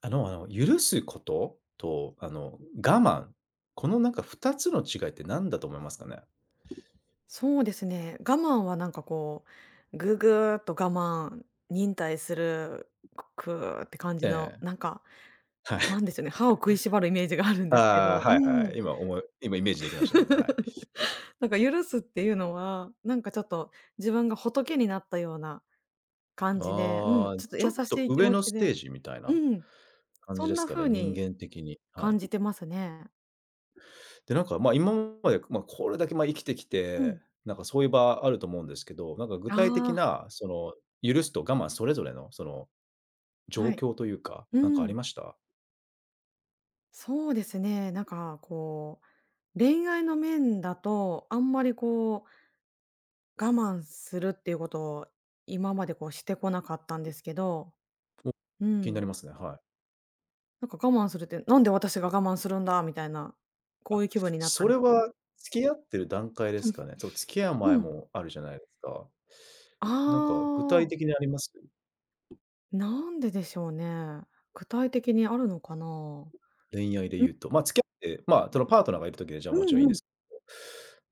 許すことと、我慢、このなんか2つの違いって何だと思いますかね？そうですね。我慢はなんかこう、ぐぐーっと我慢、忍耐する、くーって感えじの、え、なんか、はなんい。でしょうね、歯を食いしばるイメージがあるんですけああ、ど、うはいはん。い。今思い今イメージできました、なんか、はい。なんか許すっていうのは、なんかちょっと自分が仏になったような感じで、うん、ああ、ちょっとちょ優っしとい気上持のちステで、ージみたいうなん、感そじんですなかね、風人に間的に、は感い。じてますね。で、なんか、まあ、今まで、まあ、これだけ、ま、生きてきうて、ん。なんかそういう場あると思うんですけど、なんか具体的ああ、な、その、許すと我慢それぞれの、その、状はい。況というか、うなんかありん。ました？そうですね、なんかこう、恋愛の面だと、あんまりこう、我慢するっていうことを今までこうしてこなかったんですけど、う気になん。りますね、はい。なんか我慢するって、なんで私が我慢するんだみたいな、こあ、ういう気分になったそりれとか。は付き合ってる段階ですかね？そう、付き合うう前ん。もあるじゃないですか。あなんか具体あ、的にあります？なんででしょうね。具体的にあるのかな。恋愛でうん、言うと。まあ、付き合って、まあ、そのパートナーがいるときでじゃあうもちろんいんいんうでん。すけ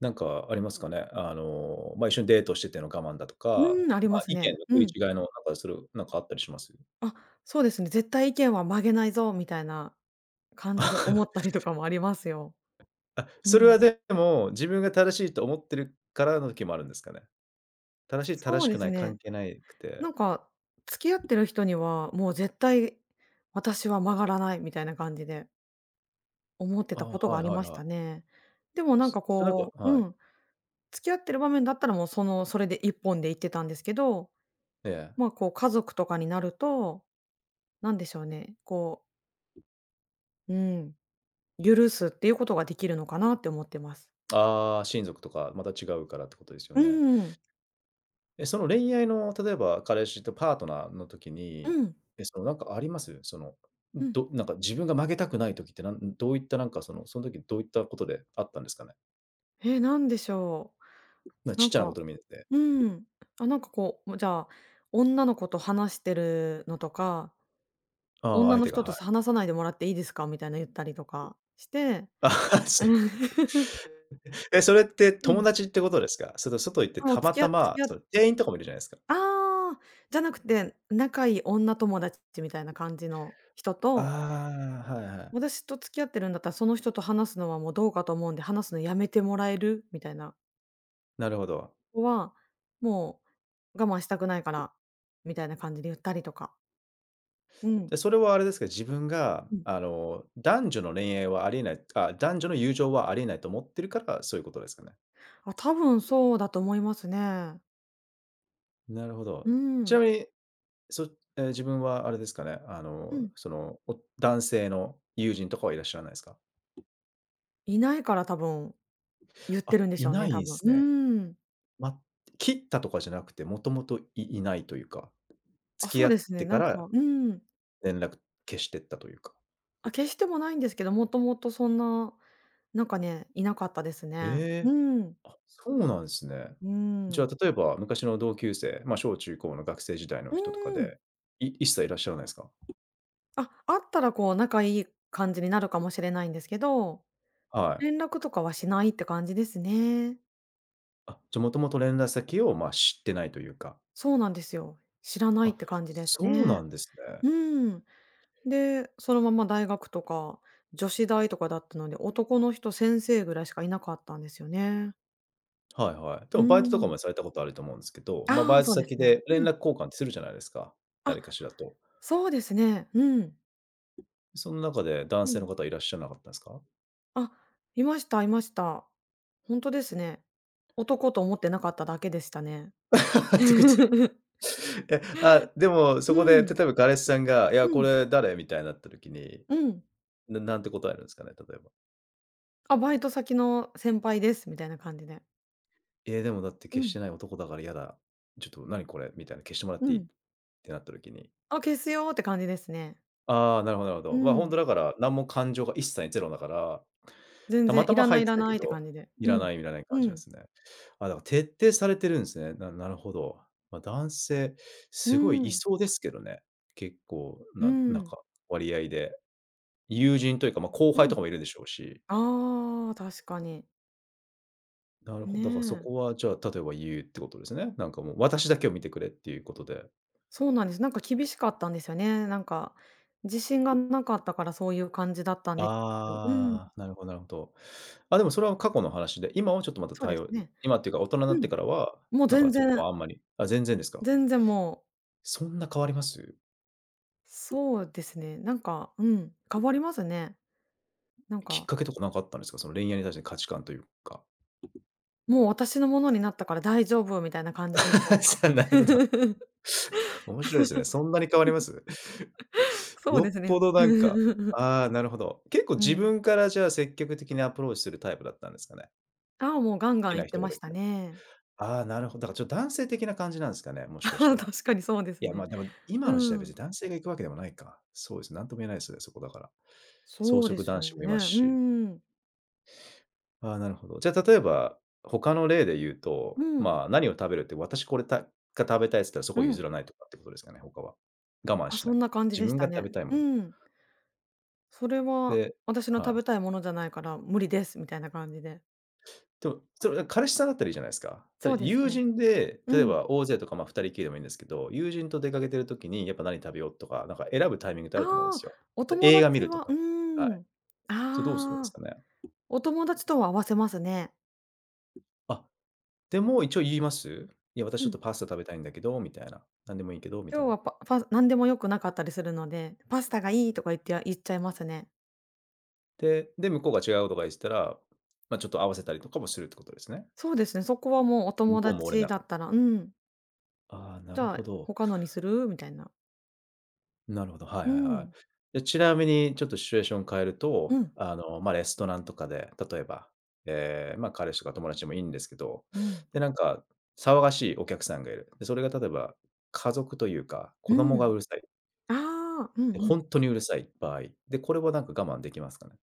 ど、なんかありますかね？まあ、一緒にデートしてての我慢だとか、うん、ありままあ、す意見のね。食ういん。違いのなんかそれなんかあったりします？あ、そうですね。絶対意見は曲げないぞみたいな感じで思ったりとかもありますよ。うそれん。はでも、自分が正しいと思ってるからの時もあるんですかね？正しいそ正しうでくなすい関ね。係ないくて。なんか、付き合ってる人には、もう絶対私は曲がらないみたいな感じで思ってあたことあ、はがいありはいましはい。たね。でもなんそかそれなんこかう、うはい、ん、付き合ってる場面だったらもうその、それで一本で行ってたんですけど、ええ。まあこう家族とかになると、なんでしょうね、こう、うん、許すっていうことができるのかなって思ってます。ああ、親族とかまた違うからってことですようね。んうん。え、その恋愛の例えば彼氏とパートナーの時うに、ん。え、そのなんかあります？その、なんか自分が負けたくない時って、どういったなんかその、その時どういったことであったんですかね？えー、なんでしょなう。ちなっんちゃなこかとでもいいですね。うん。あ、なんかこう、もうじゃあ、女の子と話してるのとか、ああ、女相の手が、人とはい。話さないでもらっていいですかみたいな言ったりとかして、ああ、そうういうこん。と。え、それってう友ん。達ってことですか？それと外行ってあ、もうたま付き合た付ま、き合その店員とかもいるじゃないですか。ああー、じゃなくて、仲いい女友達みたいな感じの人と、ああ、はいはい。私と付き合ってるんだったら、その人と話すのはもうどうかと思うんで、話すのやめてもらえるみたいななるほど。子は、もう我慢したくないから、みたいな感じで言ったりとか。うん。で、それはあれですけど、自分が、うん。男女の恋愛はありえない、あ、男女の友情はありえないと思ってるから、そういうことですかね。あ、多分そうだと思いますね。なるほど。うちなん。みに、そえー自分はあれですかね、うん。その、男性の友人とかはいらっしゃらないですか？いないから多分言ってあ、るんでしいょうなね、いん多で分。すうね。ん。ま、切ったとかじゃなくて、もともといないというか、あ、付きそう合でっすね、てかなんらか、うん。連絡消してったというか。あ、決してもないんですけど、もともとそんな、なんかね、いなかったですね。うええ。ん。あ、そうなんですね。うじゃあ、ん。例えば昔の同級生、まあ、小中高の学生時代の人とかうん。で、一切いらっしゃらないですか？あ、あったらこう仲いい感じになるかもしれないんですけど、は連い。絡とかはしないって感じですね。あ、じゃあ、もともと連絡先を、ま、知ってないというか。そうなんですよ。知らないっあ、て感じですそうなね。んですね。うん。で、そのまま大学とか、女子大とかだったので、男の人、先生ぐらいしかいなかったんですよね。はいはい。でうもバイトーとかん。もされたことあると思うんですけど、まあ、あバあ、イトそうで先すね。で連うん。絡交換ってするじゃないですか、あ、誰かしらと。そうですね。うん。その中で男う性ん。の方いらっしゃらなかったんですか？あ、いましたいました。ほんとですね。男と思ってなかっただけでしたね。ってこと。え、あ、でもそうこでん。例えば彼氏さんが「いや、うこん。れ誰？」みたいになった時に、うん。なんて答えるんですかね？例えば。あ、バイト先の先輩ですみたいな感じで。でもだってう消しん。てない男だから嫌だ。ちょっと何これみたいな、消してもらっうていい？っん。てなった時に、あ、消すよって感じですね。ああ、なるほどなるほうど。ま、あ、本ん。当だから、何も感情が一切ゼロだから、全たま然たいまらな入っいいてらたなけいってど、感じで。いうらん。ないいらないう感じなんでん。すね。あ、だから徹底されてるんですね。なるほど。まあ、男性、うすごいん、そうですけどね。結構うななんん。か割合で。友人というか、まあ、後う輩とん。かもいるでしょうし。ああ、確かに。なるほねど。だからそえ。こはじゃあ、例えば言うってことですね。なんかもう私だけを見てくれっていうことで。そうなんです。なんか厳しかったんですよね。なんか、自信がなかったからそういう感じだったんですけど、うん、ああ、なるほどなるほど。あ、でもそれは過去の話で、今はちょっとまたそうで対す応ね。今っていうか、大人になうってん、からは、もうなんか全そこ然、はあんまり、全然ですか？全然もう、そんな変わります？そうですね、なんか、うん、変わりますね。なんきっか、かけとかなんかあったんですか？その恋愛に対しての価値観というか。もう私のものになったから大丈夫みたいな感じでしょう か。さあ、なるほど。面白いですね。そんなに変わります？そうでよっすぽね。どなんか、 ああ、なるほど。結構う自ん。分からじゃあ積極的にアプローチするタイプだったんですかね？ああ、もう好ガンガきンな行って人がまでしきたたら。ね。ああ、なるほど。だからちょっと男性的な感じなんですかね、もしかした ら。確かにそうでいすや、ね。ま、でも、今の時代う別ん、に男性が行くわけでもないか。そうですね、なんとも言えないですね、そこだから。草そうで食す男よ子もいね。ますうし。ん。ああ、なるほど。じゃあ、例えば、他の例で言うと、うん。まあ、何を食べるって、私これたが食べたいっつったらそこうを譲ん。らないとかってことですかね、他は。我慢あ、しそなんく。な感じ自でし分たが食ね。べたいもうの。ん。それはで、私のは食い。べたいものじゃないから無理ですみたいな感じで。でも、それ彼氏さんだったらいいじゃないですか。たそだうです友ね。人で、う例えん。ば大勢とか、まあ、2人きりでもいいんですけど、友人と出かけてる時に、やっぱ何食べようとか、なんか選ぶタイミングってああると思うんであ、すよ。おで、友映画見達るとはか。うはーい。ん。それどうするんですああ、かね？お友達とは合わせますね。あ、でも一応言います。いや、私うちょっん。とパスタ食べたいんだけど、みたいな。なんでもいいけど、みた今い日な。はパパ何でも良くなかったりするので、パスタがいいとか言って言っちゃいますね。で、向こうが違うとか言ってたら、まあ、ちょっと合わせたりとかもするってことですね。そうですね、そこはもうお向友こうも折れな達だかっった。たら、うん、ああ、なじるゃあほど。他のにするみたいな。なるほど、はいうはいはん。い。で、ちなみにちょっとシチュエーション変えると、うん。まあ、レストランとかで、例えば、ええ、まあ、彼氏とか友達でもいいんですけど、うん。で、なんか騒がしいお客さんがいる。で、それが例えば家族というか、子う供がうん。るさい。ああ、うんで、うん。当にうるさい場合、で、これはなんか我慢できますかね？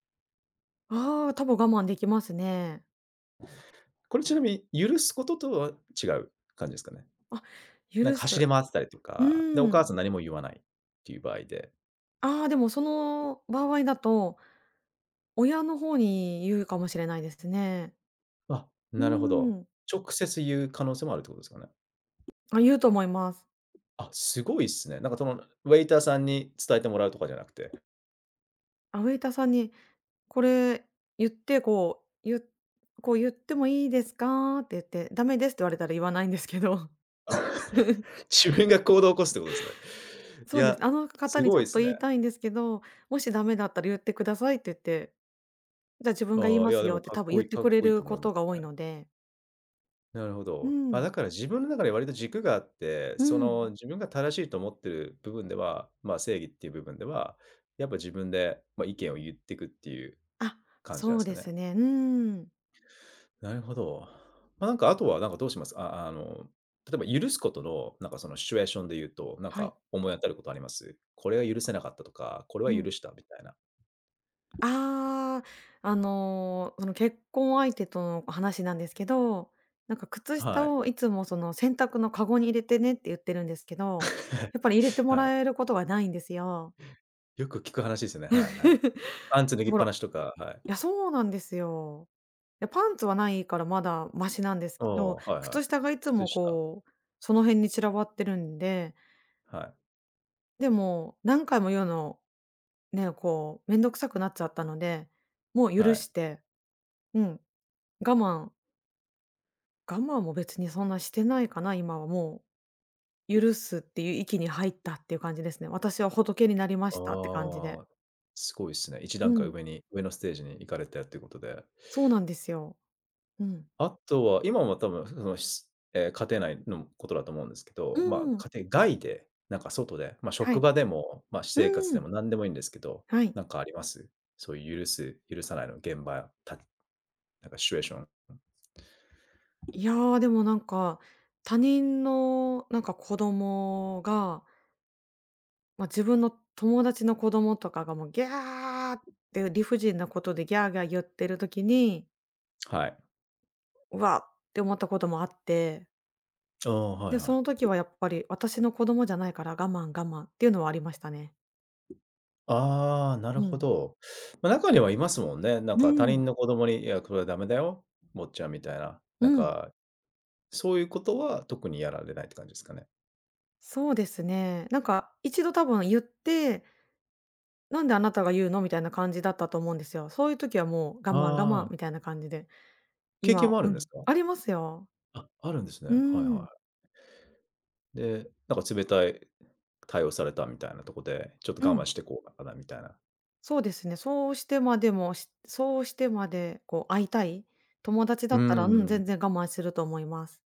ああ、多分我慢できますね。これちなみに許すこととは違う感じですかね？あ、なん許か走す。り回ってたりとか、で、おうん。母さん何も言わないっていう場合で、ああ、でもその場合だと、親の方に言うかもしれないですね。あ、うなるほど。ん。直接言う可能性もあるってことですかね？あ、言うと思います。あ、すごいっすね。なんかその、ウェイターさんに伝えてもらうとかじゃなくて、あ、ウェイターさんにこれ言って、こう、こう言ってもいいですかって言って、ダメですって言われたら言わないんですけど。自分が行動を起こすってことですね。いそうでや、す。あの方すにごちいょでっすと言ね。いたいんですけど、もしダメだったら言ってくださいって言ってじゃあ自分が言いああ、いまや、すでよっもてかっ多分言こっいいてかくっれこいいると思こいまとすが多いね。ので、なるほうど。あ、ん。だから自分の中で割と軸があって、うそん。の自分が正しいと思ってる部分では、まあ、正義っていう部分では、やっぱ自分で、まあ、意見を言っていくっていうあ、感じなんそでうすかですね。ね。うん。なるほど。まあ、なんかあとはなんかどうします？例えば許すことの、なんかそのシチュエーションで言うと、なんはい。か思い当たることあります？これは許せなかったとか、これうは許ん。したみたいな。ああ、あの、その結婚相手との話なんですけど、なんか靴は下い。をいつもその洗濯のカゴに入れてねって言ってるんですけど、やっぱり入れて もはい。らえることがないんですよ。よく聞く話ですよね。はいはい。パンツ脱ぎだっからぱいなしとか、はい。や、そうなんですよ。や、パンツはないからまだマシなんですけおど、お、はいはい。靴下がいつ靴も下、こう、その辺に散らばってるんで、はい。でも、何回も言うの、ね、こう、めんどくさくなっちゃったので、もう許はい。して、うん、我慢我慢も別にそんなしてないかな、今はもう、許すっていう域に入ったっていう感じですね。私は仏になりましたって感じで。ああ、すごいですね。一段う階ん、上のステージに行かれたっていうことで。そうなんですよ。うん。あとは、今は多分その、しえー家庭内のことだと思うんですけうど、んまうんあ、家庭外で、なんか外で、まあ、は職い。場でも、まあ、私う生活でん。も何でもいいんですけど、はい。なんかあります？そういう許す、許さないの現場、なんかシチュエーション。いやー、でもなんか、他人のなんか子供が、まあ、自分の友達の子供とかがもうギャーって理不尽なことでギャーギャー言ってる時に、はい。うわっって思ったこともあって、ああ、はいで、はそのい。時はやっぱり私の子供じゃないから我慢我慢っていうのはありましたね。ああ、なるうほん。ど。まあ、中にはいますもんね。なんうか他ん。人の子供に「いや、これはダメだよ、坊ちゃん」みたいな。なうんん。かそういうことは特にやられないって感じですかね。そうですね。なんか一度多分言って、「なんであなたが言うの？」みたいな感じだったと思うんですよ。そういう時はもう我あ慢我慢あ。みたいな感じで。経験今もあうるんですん、か？ありますよ。あ、あるんですね。うはいん、はい。で、なんか冷たい対応されたみたいなとこで、ちょっうと我慢ん、してこうかなみたいな。そうですね。そうしてまでも、そうしてまでこう会いたい友達だうーったら、うん、ん、全然我慢すると思います。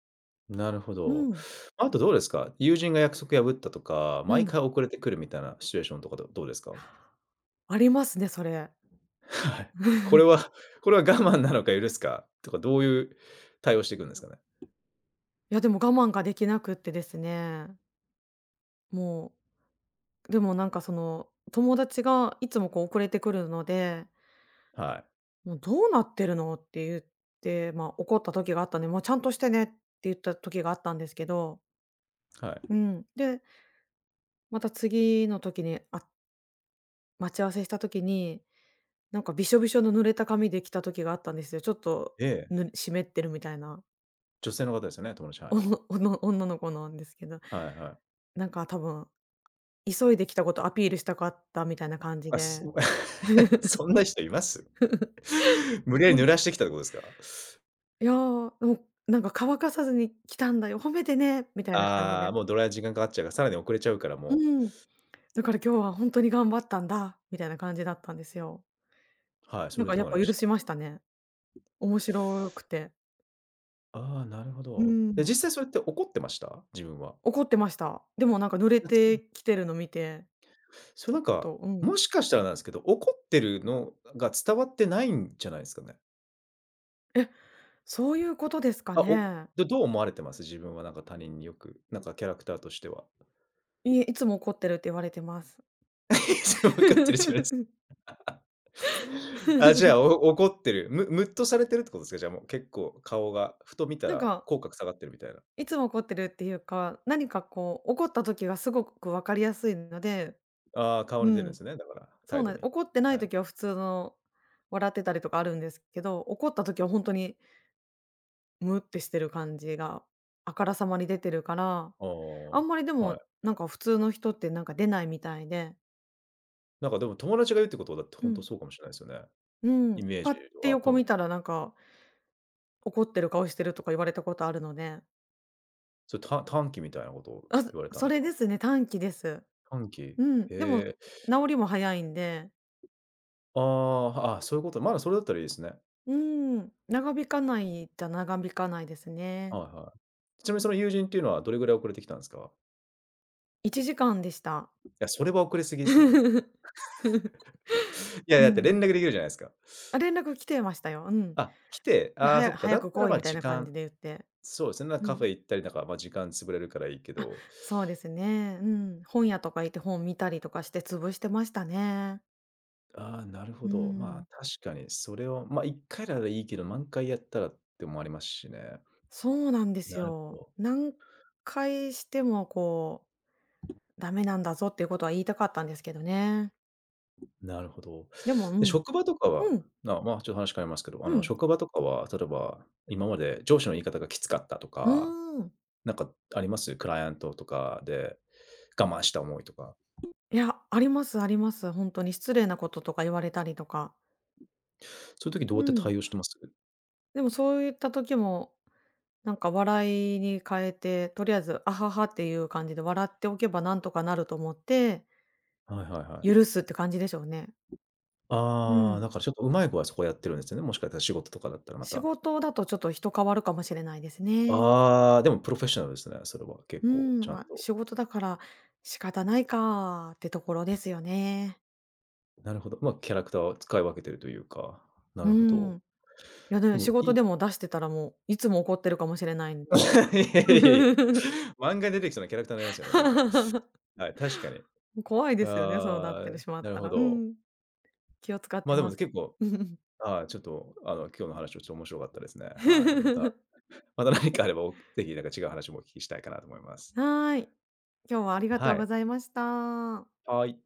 なるほうど。ん、あとどうですか？友人が約束破ったとか、う毎ん、回遅れてくるみたいなシチュエーションとかどうですか？ありますね、それ。これ はこれは我慢なのか許すかとか、どういう対応していくんですかね？いや、でも我慢ができなくってですね、もう、でもなんかその、友達がいつもこう遅れてくるので、は「もうどうなってるの？」って言って、ま、怒った時があったんで、「もうちゃんとしてね」って言った時があったんですけど、い、はい。うん、でまた次の時に、あ待ち合わせした時に、なんかびしょびしょの濡れた髪で来た時があったんですよ。ちょっと、ええ、湿ってるみたいな、女性の方ですよね、友達、はい。おのおの女の子なんですけど、はいはい。なんか多分、急いで来たことアピールしたかったみたいな感じあ、 で、そんな人います？無理やりほん濡らしてきたってことですか？いや、もうなんか乾かさずに来たんだよ、褒めてねみたいな感じああで。ー、もうドライヤー時間かかっちゃうから、さらに遅れちゃうからうもん。だから今日はほんとに頑張ったんだ、みたいな感じだったんですよ。う。はい、そなれんでかどやうっなりぱまし許た？しましたね。面白くて。ああー、なるほうど。で、ん。実際それって怒ってました？自分は。怒ってました。でもなんか濡れなつてきてるの見て、それちょっなんか、とうん。もしかしたらなんですけど、怒ってるのが伝わってないんじゃないですかね？え、そういうことですかあ、ね。どう思われてます？自分はなんか他人によく、なんかキャラクターとしては。いえ、いつも怒ってるって言われてます。分かってるじゃない。 あ、じゃあ、怒ってる。ムッとされてるってことですか？じゃあ、もう結構顔が、ふと見たなんらか、口角下がってるみたいな。いつも怒ってるっていうか、何かこう怒った時がすごく分かりやすいので、ああ、顔うに出るんでん、すね、だから、そう態な度んですに。怒ってないはい。時は普通の笑ってたりとかあるんですけど、怒った時は本当にムってしてる感じがあからさまに出てるから、ああ、あんまりではも、い。なんか普通の人ってなんか出ないみたいで。なんかでも友達が言うってことは、だってうほんとん。そうかもしれないですよね。うん、イメージパッては、多横分、見たらなんか、怒ってる顔してるとか言われたことあるので、それ短気みたいなことをあ、そ言われたんそですれか？ですね、短期です。短気？へうん、でもえ。治りも早いんで、ああ、あ、そういうこと。まだそれだったらいいですね。うーん、長引かないですね。はいはい。ちなみにその友人っていうのはどれぐらい遅れてきたんですか？1時間でした。いや、それは遅れすぎですね。いや、うだって連ん。絡できるじゃないですか。あ、連絡来てましたよ。うん。あ、来て、で、ああ、そっか、だ「早っくたら、来い」ま、みたい時な感じ間。で言って。そうですね、なんかうカフん。ェ行ったりなんか、ま、時間潰れるからいいけど、そうですね、うん。本屋とか行って本見たりとかして潰してましたね。ああ、なるほうど。まあ、ん。確かにそれを、ま、1回ならいいけど、何回やったらってもありますしね。そうなんですなるほよ。ど。何回してもこう、ダメなんだぞっていうことは言いたかったんですけどね。なるほど。でも、うで、ん。職場とかは、うん。ちょっと話変わりますけど、あうの、ん。職場とかは、例えば、今まで上司の言い方がきつかったとうか、ーん。なんかあります？クライアントとかで我慢した思いとか。いや、ありますあります。本当に失礼なこととか言われたりとか。そういう時どうやうってん。対応してます？でもそういった時も、なんか笑いに変えて、とりあえず、あははっていう感じで笑っておけばなんとかなると思って、はいはいはい。許すって感じでしょうね。うああ、ん。だからちょっとうまい子はそこやってるんですよね。もしかしたら仕事とかだったらま仕た。事だとちょっと人変わるかもしれないですね。ああ、でもプロフェッショナルですね、それは結う構ーちん、ゃんまあ、と。仕事だから仕方ないかってところですよね。なるほど。ま、キャラクターを使い分けてるというか、なうーるほど。ん。いやでね、も仕い事い。 で も出してたらもう、いつも怒ってるかもしれないんで。いやいやいや、漫画に出てきそうなキャラクターになりますよね、なんか。はい、確かに。怖いですよね、そうなっあてあ、しまっなるたほら。うど。ん。気を使っま、てでもます。結構、ちょっとあの、今日の話はちょっと面白かったですね。はい。また 何かあれば、ぜひなんか違う話もお聞きしたいかなと思います。はい。今日はありがとはうごい。ざいました。はい。